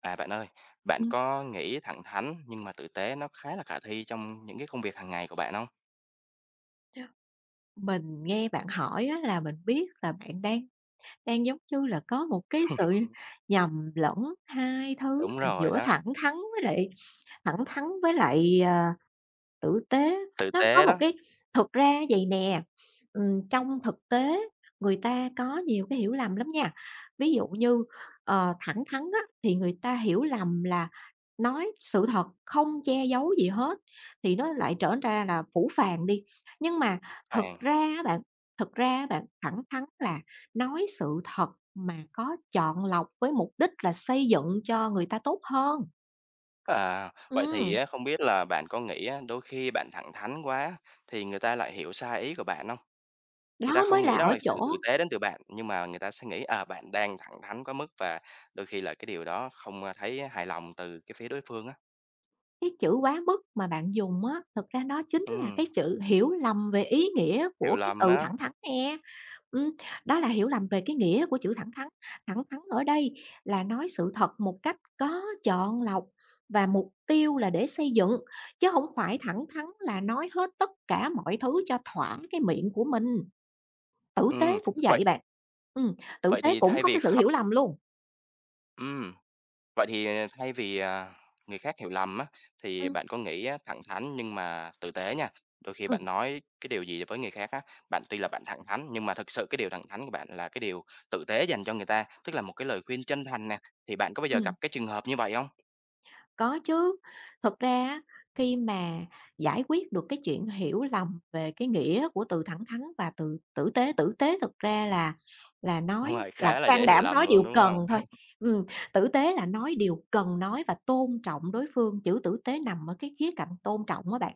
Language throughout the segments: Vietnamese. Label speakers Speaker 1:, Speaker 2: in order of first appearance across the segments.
Speaker 1: À, bạn ơi, bạn
Speaker 2: Ừm,
Speaker 1: có nghĩ thẳng thắn nhưng mà tử tế nó khá là khả thi trong những công việc hàng ngày của bạn không?
Speaker 2: mình nghe bạn hỏi á là mình biết là bạn đang đang, giống như là, có một cái sự nhầm lẫn hai thứ
Speaker 1: Đúng
Speaker 2: là
Speaker 1: rồi
Speaker 2: giữa
Speaker 1: đó,
Speaker 2: thẳng thắn với lại tử tế,
Speaker 1: tử
Speaker 2: nó có
Speaker 1: tế
Speaker 2: một
Speaker 1: đó.
Speaker 2: cái thực ra á vầy nè, trong thực tế người ta có nhiều cái hiểu lầm lắm nha. Ví dụ như, thẳng thắn á, thì người ta hiểu lầm là nói sự thật, không che giấu gì hết, thì nó lại trở ra là phũ phàng đi. Nhưng mà thực
Speaker 1: Phàn
Speaker 2: ra á bạn, thực ra á bạn, thẳng thắn là nói sự thật mà có chọn lọc với mục đích là xây dựng cho người ta tốt hơn.
Speaker 1: à, vậy thì
Speaker 2: Ừm,
Speaker 1: á, không biết là bạn có nghĩ á, đôi khi bạn thẳng thắn quá thì người ta lại hiểu sai ý của bạn không? Người ta
Speaker 2: đó mới
Speaker 1: không nghĩ
Speaker 2: là
Speaker 1: đó
Speaker 2: ở
Speaker 1: là
Speaker 2: chỗ.
Speaker 1: sự tử tế đến từ bạn, nhưng mà người ta sẽ nghĩ, à, bạn đang thẳng thắn quá mức và đôi khi là cái điều đó không, a, thấy hài lòng từ cái phía đối phương á.
Speaker 2: Cái chữ quá mức mà bạn dùng á, thực ra nó chính là
Speaker 1: Ừm,
Speaker 2: cái sự hiểu lầm về ý nghĩa
Speaker 1: hiểu
Speaker 2: của cái
Speaker 1: lầm
Speaker 2: từ
Speaker 1: đó.
Speaker 2: thẳng thắn nè. Ừm, đó là hiểu lầm về cái nghĩa của chữ thẳng thắn. Thẳng thắn ở đây là nói sự thật một cách có chọn lọc và mục tiêu là để xây dựng, chứ không phải thẳng thắn là nói hết tất cả mọi thứ cho thỏa cái miệng của mình. Tử
Speaker 1: Ừm,
Speaker 2: tế cũng
Speaker 1: vậy
Speaker 2: vậy bạn, ừm, tử
Speaker 1: vậy
Speaker 2: tế
Speaker 1: thì
Speaker 2: cũng
Speaker 1: thay
Speaker 2: có
Speaker 1: vì
Speaker 2: cái sự hiểu
Speaker 1: họ,
Speaker 2: lầm luôn.
Speaker 1: ừm. Vậy thì thay vì, à, người khác hiểu lầm á, thì
Speaker 2: Ừm,
Speaker 1: bạn có nghĩ á, thẳng thắn nhưng mà tử tế nha, đôi khi
Speaker 2: ừm,
Speaker 1: bạn nói cái điều gì với người khác á, tuy là bạn thẳng thắn nhưng mà thực sự cái điều thẳng thắn của bạn là cái điều tử tế dành cho người ta, tức là một cái lời khuyên chân thành nè, thì bạn có bao giờ
Speaker 2: ừm.
Speaker 1: gặp cái trường hợp như vậy không?
Speaker 2: Có chứ, thực ra á, khi mà giải quyết được cái chuyện hiểu lầm về cái nghĩa của từ thẳng thắn và từ tử tế thực ra là
Speaker 1: Đúng
Speaker 2: nói
Speaker 1: rồi,
Speaker 2: là
Speaker 1: khá là
Speaker 2: can
Speaker 1: dễ hiểu
Speaker 2: đảm
Speaker 1: lầm
Speaker 2: nói
Speaker 1: luôn,
Speaker 2: điều
Speaker 1: đúng
Speaker 2: cần
Speaker 1: không?
Speaker 2: thôi. Ừm, tử tế là nói điều cần nói và tôn trọng đối phương, chữ tử tế nằm ở cái khía cạnh tôn trọng á bạn,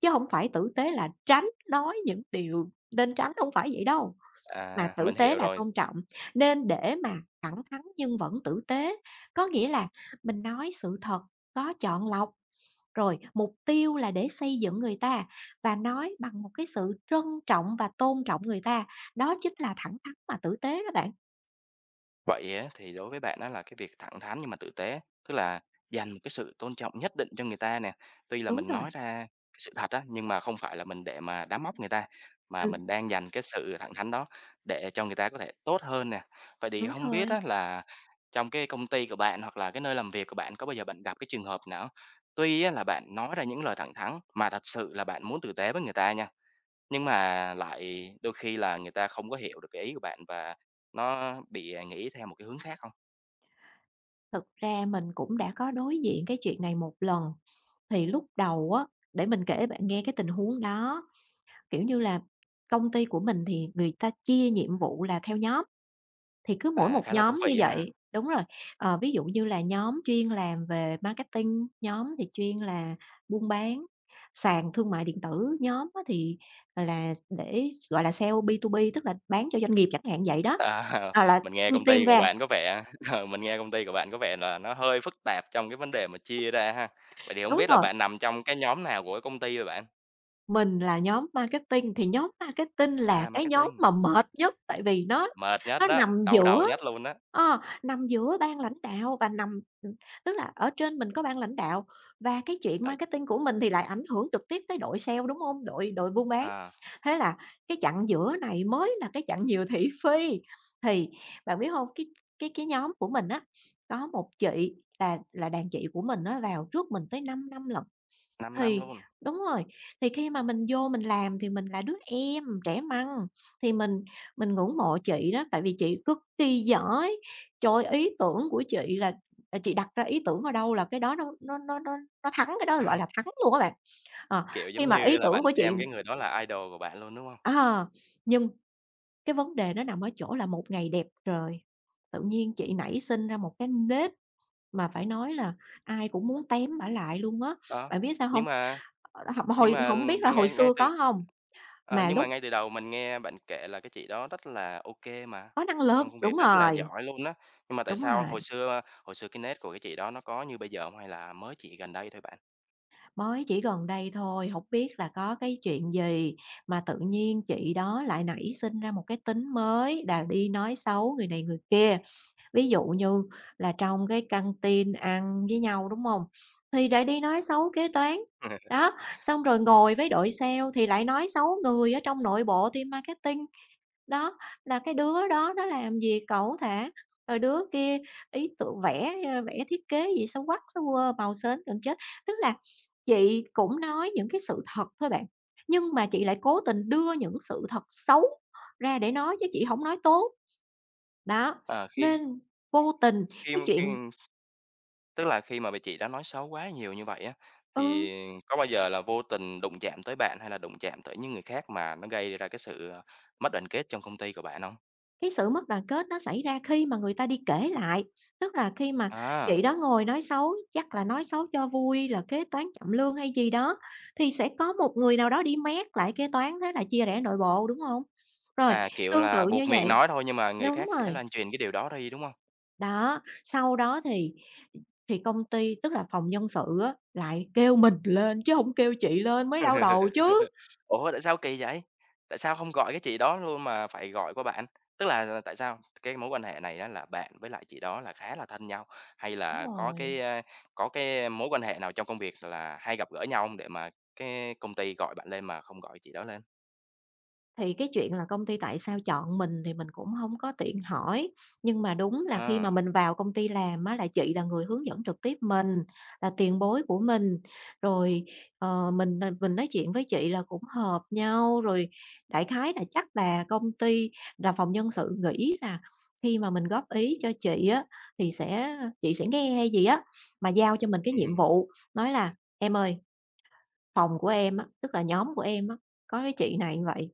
Speaker 2: chứ không phải tử tế là tránh nói những điều nên tránh, không phải vậy đâu. Mà
Speaker 1: À,
Speaker 2: tử
Speaker 1: mình
Speaker 2: tế
Speaker 1: hiểu
Speaker 2: là
Speaker 1: rồi.
Speaker 2: tôn trọng, nên để mà thẳng thắn nhưng vẫn tử tế. Có nghĩa là mình nói sự thật, có chọn lọc, rồi mục tiêu là để xây dựng người ta và nói bằng một cái sự trân trọng và tôn trọng người ta, đó chính là thẳng thắn và tử tế đó bạn.
Speaker 1: Vậy á, thì đối với bạn đó là cái việc thẳng thắn nhưng mà tử tế, tức là dành một cái sự tôn trọng nhất định cho người ta nè. Tuy là
Speaker 2: Đúng
Speaker 1: mình nói
Speaker 2: rồi,
Speaker 1: ra cái sự thật á, nhưng mà không phải là mình để mà đá móc người ta, mà
Speaker 2: ừ,
Speaker 1: mình đang dành cái sự thẳng thắn đó để cho người ta có thể tốt hơn nè. Vậy thì
Speaker 2: đúng
Speaker 1: không biết
Speaker 2: thôi.
Speaker 1: á là trong cái công ty của bạn hoặc là cái nơi làm việc của bạn có bao giờ bạn gặp cái trường hợp nào tuy á là bạn nói ra những lời thẳng thắn mà thật sự là bạn muốn tử tế với người ta nha. Nhưng mà lại đôi khi là người ta không có hiểu được cái ý của bạn và nó bị, à, nghĩ theo một cái hướng khác không?
Speaker 2: Thực ra mình cũng đã có đối diện cái chuyện này một lần, thì lúc đầu á, để mình kể bạn nghe cái tình huống đó, kiểu như là, công ty của mình thì người ta chia nhiệm vụ là theo nhóm. Thì cứ mỗi
Speaker 1: À,
Speaker 2: một
Speaker 1: khá là thú
Speaker 2: nhóm như
Speaker 1: vị ha.
Speaker 2: vậy đúng rồi, ví dụ như là nhóm chuyên làm về marketing, nhóm thì chuyên là buôn bán, sàn thương mại điện tử, nhóm á thì là để, gọi là, sale B2B, tức là bán cho doanh nghiệp chẳng hạn vậy đó,
Speaker 1: À,
Speaker 2: à, là
Speaker 1: mình nghe
Speaker 2: chia
Speaker 1: công ty
Speaker 2: team
Speaker 1: của
Speaker 2: ra
Speaker 1: bạn có vẻ mình nghe công ty của bạn có vẻ là nó hơi phức tạp trong cái vấn đề mà chia ra ha. Vậy thì không
Speaker 2: đúng
Speaker 1: biết là
Speaker 2: rồi.
Speaker 1: bạn nằm trong cái nhóm nào của cái công ty vậy bạn?
Speaker 2: Mình là nhóm marketing, thì nhóm marketing là
Speaker 1: À,
Speaker 2: cái nhóm
Speaker 1: marketing,
Speaker 2: mà mệt nhất, tại vì
Speaker 1: mệt nhất
Speaker 2: nó
Speaker 1: đó,
Speaker 2: nằm
Speaker 1: đau đầu
Speaker 2: giữa
Speaker 1: nhất luôn đó.
Speaker 2: nằm giữa ban lãnh đạo và nằm ừ, tức là ở trên mình có ban lãnh đạo và cái chuyện
Speaker 1: Ờ,
Speaker 2: marketing của mình thì lại ảnh hưởng trực tiếp tới đội sale, đúng không? Đội đội buôn bán.
Speaker 1: à,
Speaker 2: Thế là cái chặng giữa này mới là cái chặng nhiều thị phi. Thì bạn biết không, cái nhóm của mình á, có một chị là đàn chị của mình nó vào trước mình tới 5 năm lận.
Speaker 1: 5 năm
Speaker 2: Thì
Speaker 1: luôn.
Speaker 2: đúng rồi, thì khi mà mình vô mình làm thì mình là đứa em trẻ măng, thì mình ngưỡng mộ chị đó, tại vì chị cực kỳ giỏi. Trời ơi, ý tưởng của chị là chị đặt ra ý tưởng ở đâu là cái đó nó thắng, cái đó gọi là thắng luôn các bạn. Ờ,
Speaker 1: Kiểu,
Speaker 2: khi
Speaker 1: giống
Speaker 2: mà
Speaker 1: như
Speaker 2: ý
Speaker 1: là
Speaker 2: tưởng
Speaker 1: bạn
Speaker 2: của chị
Speaker 1: xem cái người đó là idol của bạn luôn, đúng không?
Speaker 2: à, nhưng cái vấn đề nó nằm ở chỗ là một ngày đẹp trời, tự nhiên chị nảy sinh ra một cái nếp mà phải nói là ai cũng muốn tém bả lại luôn á.
Speaker 1: Đó,
Speaker 2: Bạn biết sao
Speaker 1: nhưng
Speaker 2: không?
Speaker 1: mà
Speaker 2: Ờ, h
Speaker 1: nhưng
Speaker 2: hồi
Speaker 1: mà
Speaker 2: hổng biết là
Speaker 1: ban
Speaker 2: hồi
Speaker 1: ngay ngay
Speaker 2: xưa
Speaker 1: từ
Speaker 2: có hông?
Speaker 1: Ờ,
Speaker 2: Mà
Speaker 1: nhưng mà
Speaker 2: lúc
Speaker 1: ngay từ đầu mình nghe bạn kể là cái chị đó rất là ok mà,
Speaker 2: có năng lực,
Speaker 1: trong công việc rất là giỏi luôn á, nhưng mà tại
Speaker 2: đúng
Speaker 1: sao hồi
Speaker 2: rồi,
Speaker 1: xưa hồi xưa cái nết của cái chị đó nó có như bây giờ hông hay là mới chỉ gần đây thôi bạn?
Speaker 2: mới chỉ gần đây thôi, hổng biết là có cái chuyện gì mà tự nhiên chị đó lại nảy sinh ra một cái tính mới là đi nói xấu người này người kia. Ví dụ như là trong cái căng tin ăn với nhau, đúng hông? Thì lại đi nói xấu kế toán, đó, xong rồi ngồi với đội sale thì lại nói xấu người ở trong nội bộ team marketing. Đó, là cái đứa đó nó làm gì cẩu thả, rồi đứa kia ý tưởng vẽ, ơ, vẽ thiết kế gì xấu quắc, xấu quơ, màu sến gần chết. Tức là chị cũng nói những cái sự thật thôi bạn, nhưng mà chị lại cố tình đưa những sự thật xấu ra để nói chứ chị không nói tốt. Đó,
Speaker 1: Ờ, khi
Speaker 2: nên vô tình
Speaker 1: khi
Speaker 2: cái
Speaker 1: khi
Speaker 2: chuyện.
Speaker 1: tức là khi mà bị chị đã nói xấu quá nhiều như vậy á,
Speaker 2: Ừ.
Speaker 1: thì có bao giờ là vô tình đụng chạm tới bạn hay là đụng chạm tới những người khác mà nó gây ra cái sự, ờ, mất đoàn kết trong công ty của bạn không?
Speaker 2: Cái sự mất đoàn kết nó xảy ra khi mà người ta đi kể lại, tức là khi mà
Speaker 1: À,
Speaker 2: chị đó ngồi nói xấu, chắc là nói xấu cho vui là kế toán chậm lương hay gì đó, thì sẽ có một người nào đó đi mét lại kế toán, thế là chia rẽ nội bộ, đúng không? Rồi,
Speaker 1: à, kiểu
Speaker 2: tương
Speaker 1: là,
Speaker 2: tự như
Speaker 1: buộc miệng
Speaker 2: vậy
Speaker 1: nói thôi nhưng mà người khác
Speaker 2: đúng
Speaker 1: sẽ
Speaker 2: rồi,
Speaker 1: lan truyền cái điều đó đi, đúng không?
Speaker 2: đó, sau đó thì công ty tức là phòng nhân sự á, lại kêu mình lên chứ không kêu chị lên mới đau đầu chứ.
Speaker 1: Ủa, tại sao kỳ vậy? Tại sao không gọi cái chị đó luôn mà phải gọi qua bạn? Tức là tại sao cái mối quan hệ này đó là bạn với lại chị đó là khá là thân nhau, hay
Speaker 2: Đúng
Speaker 1: là có
Speaker 2: rồi.
Speaker 1: cái, a, có cái mối quan hệ nào trong công việc là hay gặp gỡ nhau không để mà cái công ty gọi bạn lên mà không gọi chị đó lên?
Speaker 2: Thì cái chuyện là công ty tại sao chọn mình thì mình cũng không có tiện hỏi, nhưng mà đúng là khi mà
Speaker 1: Ờ.
Speaker 2: mình vào công ty làm á là chị là người hướng dẫn trực tiếp mình, là tiền bối của mình, rồi, mình nói chuyện với chị là cũng hợp nhau, rồi đại khái là chắc là công ty là phòng nhân sự nghĩ là khi mà mình góp ý cho chị á thì sẽ chị sẽ nghe hay gì á, mà giao cho mình cái nhiệm vụ, nói là "Em ơi, phòng của em á", tức là nhóm của em á, có cái chị này như vậy,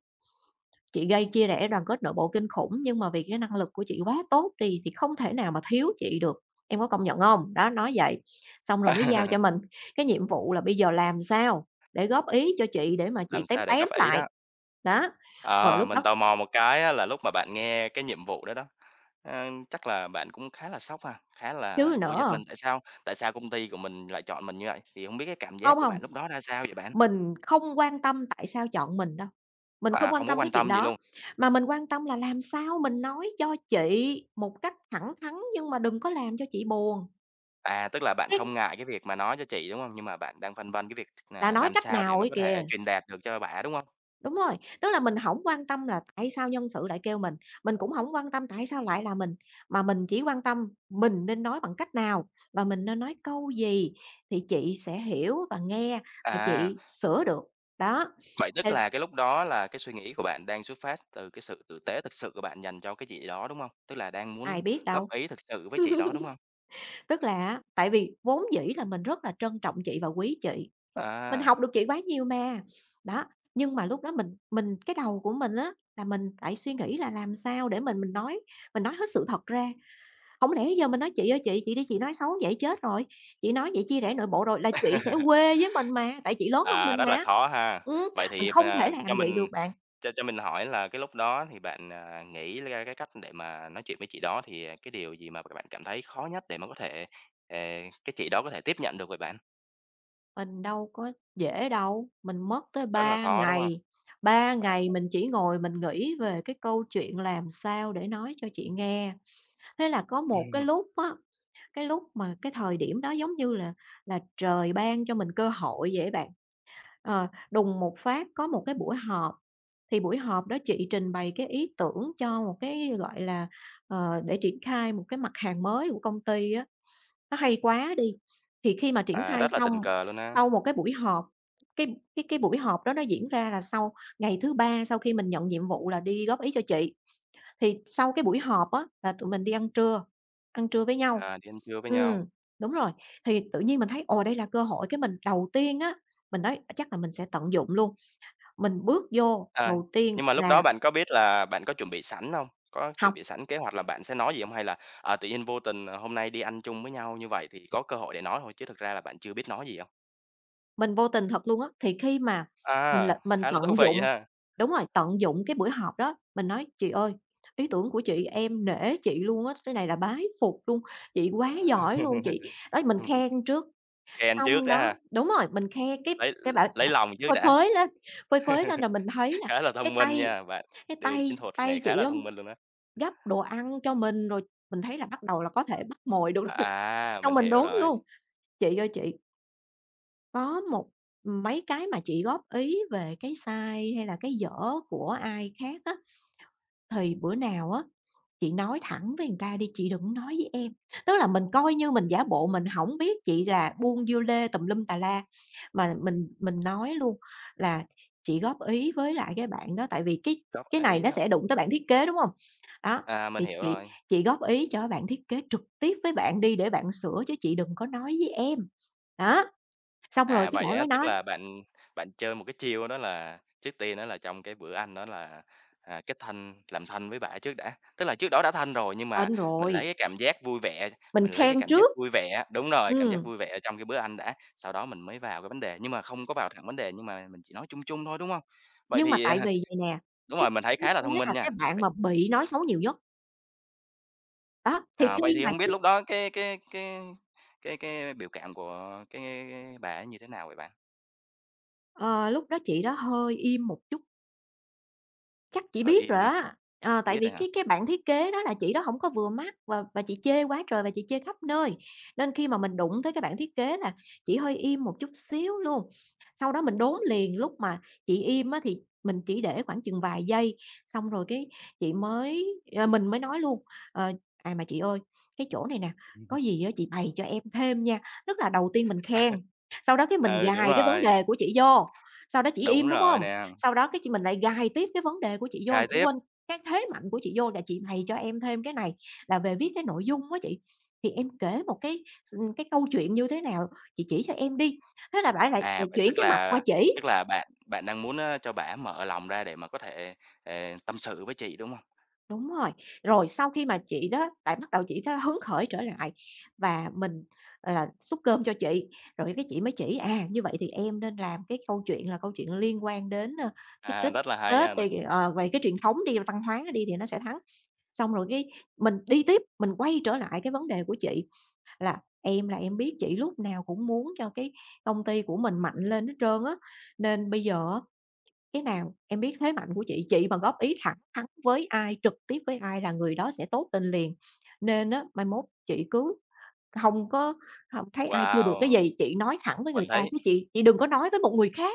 Speaker 2: chị gây chia rẽ đoàn kết nội bộ kinh khủng, nhưng mà vì cái năng lực của chị quá tốt đi thì không thể nào mà thiếu chị được, em có công nhận không? Đó, nói vậy, xong rồi mới giao cho mình cái nhiệm vụ là bây giờ làm sao để góp ý cho chị để mà chị
Speaker 1: Làm
Speaker 2: tém
Speaker 1: sao để có
Speaker 2: tém
Speaker 1: phải ý
Speaker 2: lại.
Speaker 1: đó?
Speaker 2: Đó, rồi
Speaker 1: Ờ,
Speaker 2: lúc
Speaker 1: mình
Speaker 2: đó
Speaker 1: tò mò một cái á là lúc mà bạn nghe cái nhiệm vụ đó đó, ờ, chắc là bạn cũng khá là sốc ha, khá là
Speaker 2: chứ
Speaker 1: "Ủa, giật
Speaker 2: nữa.
Speaker 1: mình tại sao công ty của mình lại chọn mình như vậy?" Thì không biết cái cảm
Speaker 2: Không
Speaker 1: giác của
Speaker 2: không,
Speaker 1: bạn lúc đó ra sao vậy bạn?
Speaker 2: mình không quan tâm tại sao chọn mình đâu, mình không
Speaker 1: À,
Speaker 2: quan
Speaker 1: không có
Speaker 2: tâm cái
Speaker 1: quan
Speaker 2: chuyện
Speaker 1: tâm gì
Speaker 2: đó,
Speaker 1: luôn.
Speaker 2: mà mình quan tâm là làm sao mình nói cho chị một cách thẳng thắn nhưng mà đừng có làm cho chị buồn.
Speaker 1: À, tức là bạn
Speaker 2: Ấy,
Speaker 1: không ngại cái việc mà nói cho chị, đúng không? Nhưng mà bạn đang phân vân cái việc
Speaker 2: là
Speaker 1: là
Speaker 2: nói
Speaker 1: làm
Speaker 2: cách
Speaker 1: sao để
Speaker 2: nào
Speaker 1: mà
Speaker 2: ấy
Speaker 1: có
Speaker 2: kìa.
Speaker 1: thể truyền đạt được cho bà đúng không?
Speaker 2: Đúng rồi, tức là mình hổng quan tâm là tại sao nhân sự lại kêu mình cũng hổng quan tâm tại sao lại là mình, mà mình chỉ quan tâm mình nên nói bằng cách nào và mình nên nói câu gì thì chị sẽ hiểu và nghe và
Speaker 1: À,
Speaker 2: chị sửa được. Đó,
Speaker 1: vậy tức
Speaker 2: nên
Speaker 1: là cái lúc đó là cái suy nghĩ của bạn đang xuất phát từ cái sự tử tế thực sự của bạn dành cho cái chị đó, đúng không? Tức là đang muốn
Speaker 2: ai biết
Speaker 1: góp
Speaker 2: đâu,
Speaker 1: ý thực sự với chị đó, đúng không?
Speaker 2: tức là á tại vì vốn dĩ là mình rất là trân trọng chị và quý chị, mình
Speaker 1: À.
Speaker 2: học được chị quá nhiều mà. Đó, nhưng mà lúc đó mình cái đầu của mình á là mình lại suy nghĩ là làm sao để mình nói hết sự thật ra. Không lẽ giờ mình nói: "Chị ơi chị đi chị nói xấu vậy chết rồi, chị nói vậy chia rẽ nội bộ rồi" là chị sẽ quê với mình mà, tại chị lớn hơn mình
Speaker 1: À, rất là
Speaker 2: mà.
Speaker 1: khó ha.
Speaker 2: Ừm,
Speaker 1: Vậy
Speaker 2: mình
Speaker 1: thì,
Speaker 2: không thể
Speaker 1: à,
Speaker 2: làm vậy được bạn,
Speaker 1: cho mình hỏi là cái lúc đó thì bạn, à, nghĩ ra cái cách để mà nói chuyện với chị đó thì, à, cái điều gì mà các bạn cảm thấy khó nhất để mà có thể, ờ, cái chị đó có thể tiếp nhận được với bạn?
Speaker 2: mình đâu có dễ đâu, mình mất tới
Speaker 1: Rất là
Speaker 2: 3
Speaker 1: khó, đúng không?
Speaker 2: ngày, ba
Speaker 1: 3
Speaker 2: ngày
Speaker 1: ngày.
Speaker 2: mình chỉ ngồi mình nghĩ về cái câu chuyện làm sao để nói cho chị nghe. Thế là có một cái lúc á, cái lúc mà cái thời điểm đó giống như là trời ban cho mình cơ hội vậy bạn. Đùng một phát có một cái buổi họp, thì buổi họp đó chị trình bày cái ý tưởng cho một cái, gọi là, để triển khai một cái mặt hàng mới của công ty á, nó hay quá đi. Thì khi mà triển
Speaker 1: À,
Speaker 2: khai
Speaker 1: rất là
Speaker 2: xong,
Speaker 1: tình cờ luôn á.
Speaker 2: sau một cái buổi họp, cái buổi họp đó nó diễn ra là sau ngày thứ ba sau khi mình nhận nhiệm vụ là đi góp ý cho chị. Thì sau cái buổi họp á là tụi mình đi ăn trưa với nhau.
Speaker 1: À, đi ăn trưa với nhau.
Speaker 2: Ừm, đúng rồi, thì tự nhiên mình thấy, ồ, đây là cơ hội, cái mình đầu tiên á, mình nói à, chắc là mình sẽ tận dụng luôn. Mình bước vô
Speaker 1: À,
Speaker 2: đầu tiên
Speaker 1: nhưng mà lúc
Speaker 2: là
Speaker 1: đó bạn có biết là bạn có chuẩn bị sẵn không? Có chuẩn
Speaker 2: học
Speaker 1: bị sẵn kế hoạch là bạn sẽ nói gì không? Hay là, à, tự nhiên vô tình, à, hôm nay đi ăn chung với nhau như vậy thì có cơ hội để nói thôi, chứ thực ra là bạn chưa biết nói gì không?
Speaker 2: mình vô tình thật luôn á, thì khi mà mình
Speaker 1: À,
Speaker 2: là mình
Speaker 1: khá là thú
Speaker 2: tận dụng
Speaker 1: vị ha.
Speaker 2: đúng rồi, tận dụng cái buổi họp đó, mình nói: "Chị ơi, ý tưởng của chị em nể chị luôn á, cái này là bái phục luôn, chị quá giỏi luôn, chị" đó, mình khen trước.
Speaker 1: Kèn trước
Speaker 2: Xong
Speaker 1: đã
Speaker 2: đó
Speaker 1: ha,
Speaker 2: đúng rồi, mình khe
Speaker 1: lấy
Speaker 2: cái bảo
Speaker 1: lấy
Speaker 2: bảo
Speaker 1: lòng trước
Speaker 2: phơi
Speaker 1: đã,
Speaker 2: phới lên, phơi phới lên rồi mình thấy là
Speaker 1: khá là
Speaker 2: cái
Speaker 1: thông minh
Speaker 2: tay
Speaker 1: nha, bạn
Speaker 2: cái
Speaker 1: đưa chiến
Speaker 2: tay
Speaker 1: thuật
Speaker 2: tay
Speaker 1: này khá
Speaker 2: chị
Speaker 1: là
Speaker 2: đó
Speaker 1: thông minh luôn đó.
Speaker 2: gắp đồ ăn cho mình, rồi mình thấy là bắt đầu là có thể bắt mồi được rồi.
Speaker 1: À,
Speaker 2: Xong
Speaker 1: mình
Speaker 2: mình
Speaker 1: hiểu
Speaker 2: đốn
Speaker 1: rồi,
Speaker 2: luôn. Chị ơi chị, có một mấy cái mà chị góp ý về cái sai hay là cái dở của ai khác á thì bữa nào á, chị nói thẳng với người ta đi, "Chị đừng nói với em." Tức là mình coi như mình giả bộ mình hổng biết chị là buôn dưa lê tùm lum tà la, mà mình nói luôn là "Chị góp ý với lại cái bạn đó." Tại vì
Speaker 1: góp
Speaker 2: cái này
Speaker 1: ý
Speaker 2: nó
Speaker 1: đó,
Speaker 2: sẽ đụng tới bạn thiết kế, đúng hông? Đó,
Speaker 1: à, mình
Speaker 2: thì
Speaker 1: hiểu
Speaker 2: "Chị
Speaker 1: rồi.
Speaker 2: góp ý cho bạn thiết kế trực tiếp với bạn đi để bạn sửa chứ chị đừng có nói với em." Đó, xong rồi
Speaker 1: À,
Speaker 2: cái
Speaker 1: vậy
Speaker 2: bạn
Speaker 1: á,
Speaker 2: mới
Speaker 1: tức
Speaker 2: nói
Speaker 1: là bạn bạn chơi một cái chiêu đó là trước tiên á là trong cái bữa ăn đó là, à, kết thân làm thân với bả trước đã. Tức là trước đó đã thân rồi nhưng mà
Speaker 2: hên
Speaker 1: mình lấy
Speaker 2: rồi,
Speaker 1: cái cảm giác vui vẻ,
Speaker 2: mình
Speaker 1: mình lấy cái
Speaker 2: khen
Speaker 1: cảm giác
Speaker 2: trước.
Speaker 1: vui vẻ đúng rồi, cảm giác
Speaker 2: Ừm.
Speaker 1: vui vẻ trong cái bữa ăn đã, sau đó mình mới vào cái vấn đề, nhưng mà không có vào thẳng vấn đề, nhưng mà mình chỉ nói chung chung thôi, đúng không? Vậy
Speaker 2: Nhưng mà
Speaker 1: thì, à,
Speaker 2: tại vì vậy nè,
Speaker 1: đúng
Speaker 2: cái
Speaker 1: rồi, mình thấy
Speaker 2: thiết
Speaker 1: khá là
Speaker 2: kế
Speaker 1: thông minh
Speaker 2: là
Speaker 1: nha.
Speaker 2: cái bạn
Speaker 1: Vậy
Speaker 2: mà bị nói xấu nhiều nhất, đó, thì
Speaker 1: à, vậy
Speaker 2: khi
Speaker 1: thì
Speaker 2: mà
Speaker 1: không biết
Speaker 2: chị
Speaker 1: lúc đó cái biểu cảm của cái bà ấy như thế nào vậy bạn?
Speaker 2: ờ, lúc đó chị đó hơi im một chút. Chắc chị
Speaker 1: Hơi
Speaker 2: biết rồi
Speaker 1: im ha?
Speaker 2: á, ờ, tại
Speaker 1: Biết rồi
Speaker 2: vì
Speaker 1: hả?
Speaker 2: cái bạn thiết kế đó là chị đó hổng có vừa mắt và chị chê quá trời và chị chê khắp nơi, nên khi mà mình đụng tới cái bạn thiết kế là chị hơi im một chút xíu luôn. Sau đó mình đốn liền, lúc mà chị im á thì mình chỉ để khoảng chừng vài giây, xong rồi cái chị mới mình mới nói luôn, ờ, "À, mà chị ơi, cái chỗ này nè, có gì á chị bày cho em thêm nha." Tức là đầu tiên mình khen, sau đó cái mình
Speaker 1: Ừ, đúng
Speaker 2: gài cái vấn
Speaker 1: rồi.
Speaker 2: đề của chị vô, sau đó chị im,
Speaker 1: Đúng
Speaker 2: đúng
Speaker 1: rồi
Speaker 2: hông?
Speaker 1: nè,
Speaker 2: Sau đó cái chị mình lại gài tiếp cái vấn đề của chị vô
Speaker 1: khai tiếp.
Speaker 2: quên, cái thế mạnh của chị vô là "Chị bày cho em thêm cái này là về viết cái nội dung á chị, thì em kể một cái câu chuyện như thế nào, chị chỉ cho em đi." Thế là bả lại
Speaker 1: À,
Speaker 2: lại
Speaker 1: vậy
Speaker 2: chuyển cái mạch qua chỉ.
Speaker 1: tức là bạn bạn đang muốn, ơ, cho bả mở lòng ra để mà có thể, ờ, tâm sự với chị, đúng không?
Speaker 2: Đúng rồi. Rồi sau khi mà chị đó lại bắt đầu chị đó hứng khởi trở lại và mình, là, xúc cơm cho chị, rồi cái chị mới chỉ, à, như vậy thì em nên làm cái câu chuyện là câu chuyện liên quan đến, ơ, cái
Speaker 1: À,
Speaker 2: Tết
Speaker 1: rất là hay
Speaker 2: Tết
Speaker 1: nha.
Speaker 2: đi, ờ, về cái truyền thống đi, văn hóa đi thì nó sẽ thắng. Xong rồi cái mình đi tiếp, mình quay trở lại cái vấn đề của chị là em biết chị lúc nào cũng muốn cho cái công ty của mình mạnh lên hết trơn á, nên bây giờ á cái nào em biết thế mạnh của chị mà góp ý thẳng thắn với ai, trực tiếp với ai là người đó sẽ tốt lên liền. Nên á, mai mốt chị cứ không có không thấy ai chưa được cái
Speaker 1: Wow!
Speaker 2: gì, chị nói thẳng với
Speaker 1: Mình
Speaker 2: người ta
Speaker 1: thấy
Speaker 2: chứ chị đừng có nói với một người khác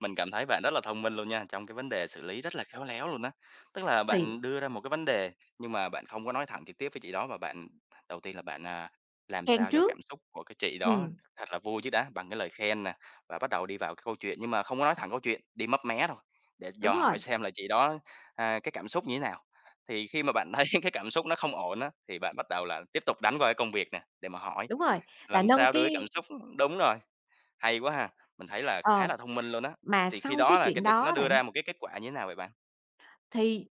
Speaker 1: Mình cảm thấy bạn rất là thông minh luôn nha, trong cái vấn đề xử lý rất là khéo léo luôn á. Tức là
Speaker 2: thì
Speaker 1: bạn đưa ra một cái vấn đề nhưng mà bạn không có nói thẳng trực tiếp với chị đó, mà đầu tiên là bạn, à, làm
Speaker 2: khen
Speaker 1: sao cho
Speaker 2: trước.
Speaker 1: cảm xúc của cái chị đó
Speaker 2: Ừm,
Speaker 1: thật là vui chứ đã, bằng cái lời khen nè, và bắt đầu đi vào cái câu chuyện nhưng mà không có nói thẳng câu chuyện, đi mấp mé thôi, để
Speaker 2: đúng
Speaker 1: dò
Speaker 2: rồi,
Speaker 1: hỏi xem là chị đó, à, cái cảm xúc như thế nào. Thì khi mà bạn thấy cái cảm xúc nó không ổn á, thì bạn bắt đầu là tiếp tục đánh vào cái công việc nè, để mà hỏi
Speaker 2: đúng rồi, là
Speaker 1: làm
Speaker 2: nâng
Speaker 1: sao đưa cái cảm
Speaker 2: cái
Speaker 1: xúc đúng rồi, hay quá ha! Mình thấy là khá
Speaker 2: ờ,
Speaker 1: là thông minh luôn á.
Speaker 2: mà
Speaker 1: Thì khi
Speaker 2: sau cái
Speaker 1: đó là
Speaker 2: chuyện
Speaker 1: cái đ nó
Speaker 2: đó
Speaker 1: đưa
Speaker 2: bạn,
Speaker 1: ra một cái kết quả như thế nào vậy bạn?
Speaker 2: thì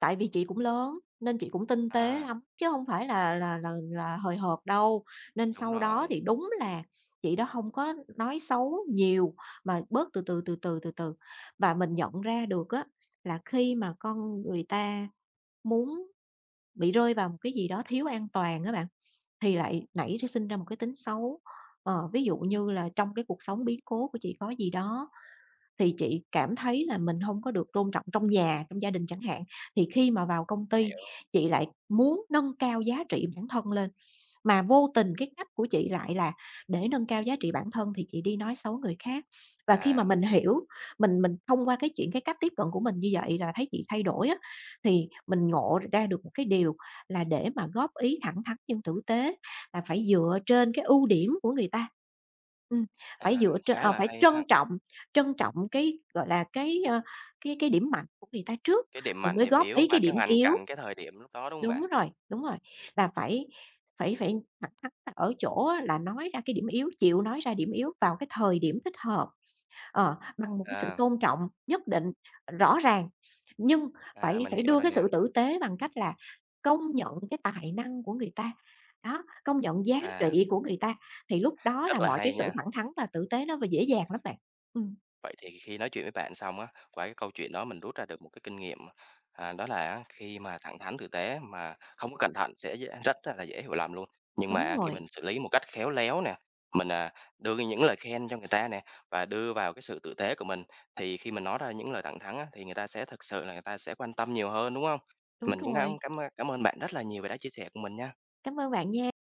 Speaker 2: tại vì chị cũng lớn, nên chị cũng tinh tế
Speaker 1: À,
Speaker 2: lắm, chứ không phải là hời hợt đâu. Nên
Speaker 1: đúng
Speaker 2: sau đó
Speaker 1: rồi,
Speaker 2: thì đúng là chị đó hông có nói xấu nhiều, mà bớt từ từ, từ từ, từ từ. Và mình nhận ra được á, là khi mà con người ta muốn bị rơi vào một cái gì đó thiếu an toàn á bạn, thì lại nảy ra sinh ra một cái tính xấu. Ờ, ví dụ như là trong cái cuộc sống biến cố của chị có gì đó thì chị cảm thấy là mình không có được tôn trọng trong nhà, trong gia đình chẳng hạn, thì khi mà vào công ty
Speaker 1: hiểu.
Speaker 2: chị lại muốn nâng cao giá trị bản thân lên. Mà vô tình cái cách của chị lại là để nâng cao giá trị bản thân thì chị đi nói xấu người khác. Và khi mà
Speaker 1: À, mình
Speaker 2: mình
Speaker 1: hiểu.
Speaker 2: hiểu, mình thông qua cái chuyện cái cách tiếp cận của mình như vậy là thấy chị thay đổi á, thì mình ngộ ra được một cái điều là để mà góp ý thẳng thắn nhưng tử tế là phải dựa trên cái ưu điểm của người ta. Ừm,
Speaker 1: À,
Speaker 2: phải dựa trên
Speaker 1: khá
Speaker 2: ờ,
Speaker 1: là
Speaker 2: phải
Speaker 1: hay ha!
Speaker 2: trân trọng cái, gọi là, cái, ơ, cái điểm mạnh của người ta trước,
Speaker 1: Cái điểm
Speaker 2: rồi
Speaker 1: mạnh,
Speaker 2: mới
Speaker 1: điểm
Speaker 2: góp
Speaker 1: yếu
Speaker 2: ý cái
Speaker 1: và
Speaker 2: điểm
Speaker 1: cái hoàn
Speaker 2: yếu.
Speaker 1: cảnh, cái thời điểm lúc đó, đúng không bạn?
Speaker 2: Đúng rồi, là phải phải phải thẳng thắn ở chỗ á là nói ra cái điểm yếu, chịu nói ra điểm yếu vào cái thời điểm thích hợp, ờ, bằng một cái sự
Speaker 1: À,
Speaker 2: tôn trọng nhất định, rõ ràng. Nhưng
Speaker 1: à,
Speaker 2: phải
Speaker 1: mình
Speaker 2: phải
Speaker 1: hiểu
Speaker 2: đưa
Speaker 1: rồi
Speaker 2: cái
Speaker 1: nè.
Speaker 2: sự tử tế bằng cách là công nhận cái tài năng của người ta, đó, công nhận giá
Speaker 1: À,
Speaker 2: trị của người ta, thì lúc đó
Speaker 1: rất
Speaker 2: là
Speaker 1: là
Speaker 2: mọi cái
Speaker 1: hay
Speaker 2: sự
Speaker 1: nha!
Speaker 2: thẳng thắn và tử tế nó dễ dàng lắm bạn. Ừm,
Speaker 1: Vậy thì khi nói chuyện với bạn xong á, qua cái câu chuyện đó mình rút ra được một cái kinh nghiệm, à, đó là á, khi mà thẳng thắn tử tế mà không có cẩn thận sẽ dễ rất là dễ hiểu lầm luôn. Nhưng
Speaker 2: đúng
Speaker 1: mà khi
Speaker 2: rồi,
Speaker 1: mình xử lý một cách khéo léo nè, mình, à, đưa những lời khen cho người ta nè và đưa vào cái sự tử tế của mình, thì khi mình nói ra những lời thẳng thắn á, thì người ta sẽ thực sự là người ta sẽ quan tâm nhiều hơn, đúng không?
Speaker 2: đúng
Speaker 1: Mình cũng đã
Speaker 2: rồi.
Speaker 1: cám, cảm ơn bạn rất là nhiều về đã chia sẻ của mình nha.
Speaker 2: Cảm ơn bạn nha.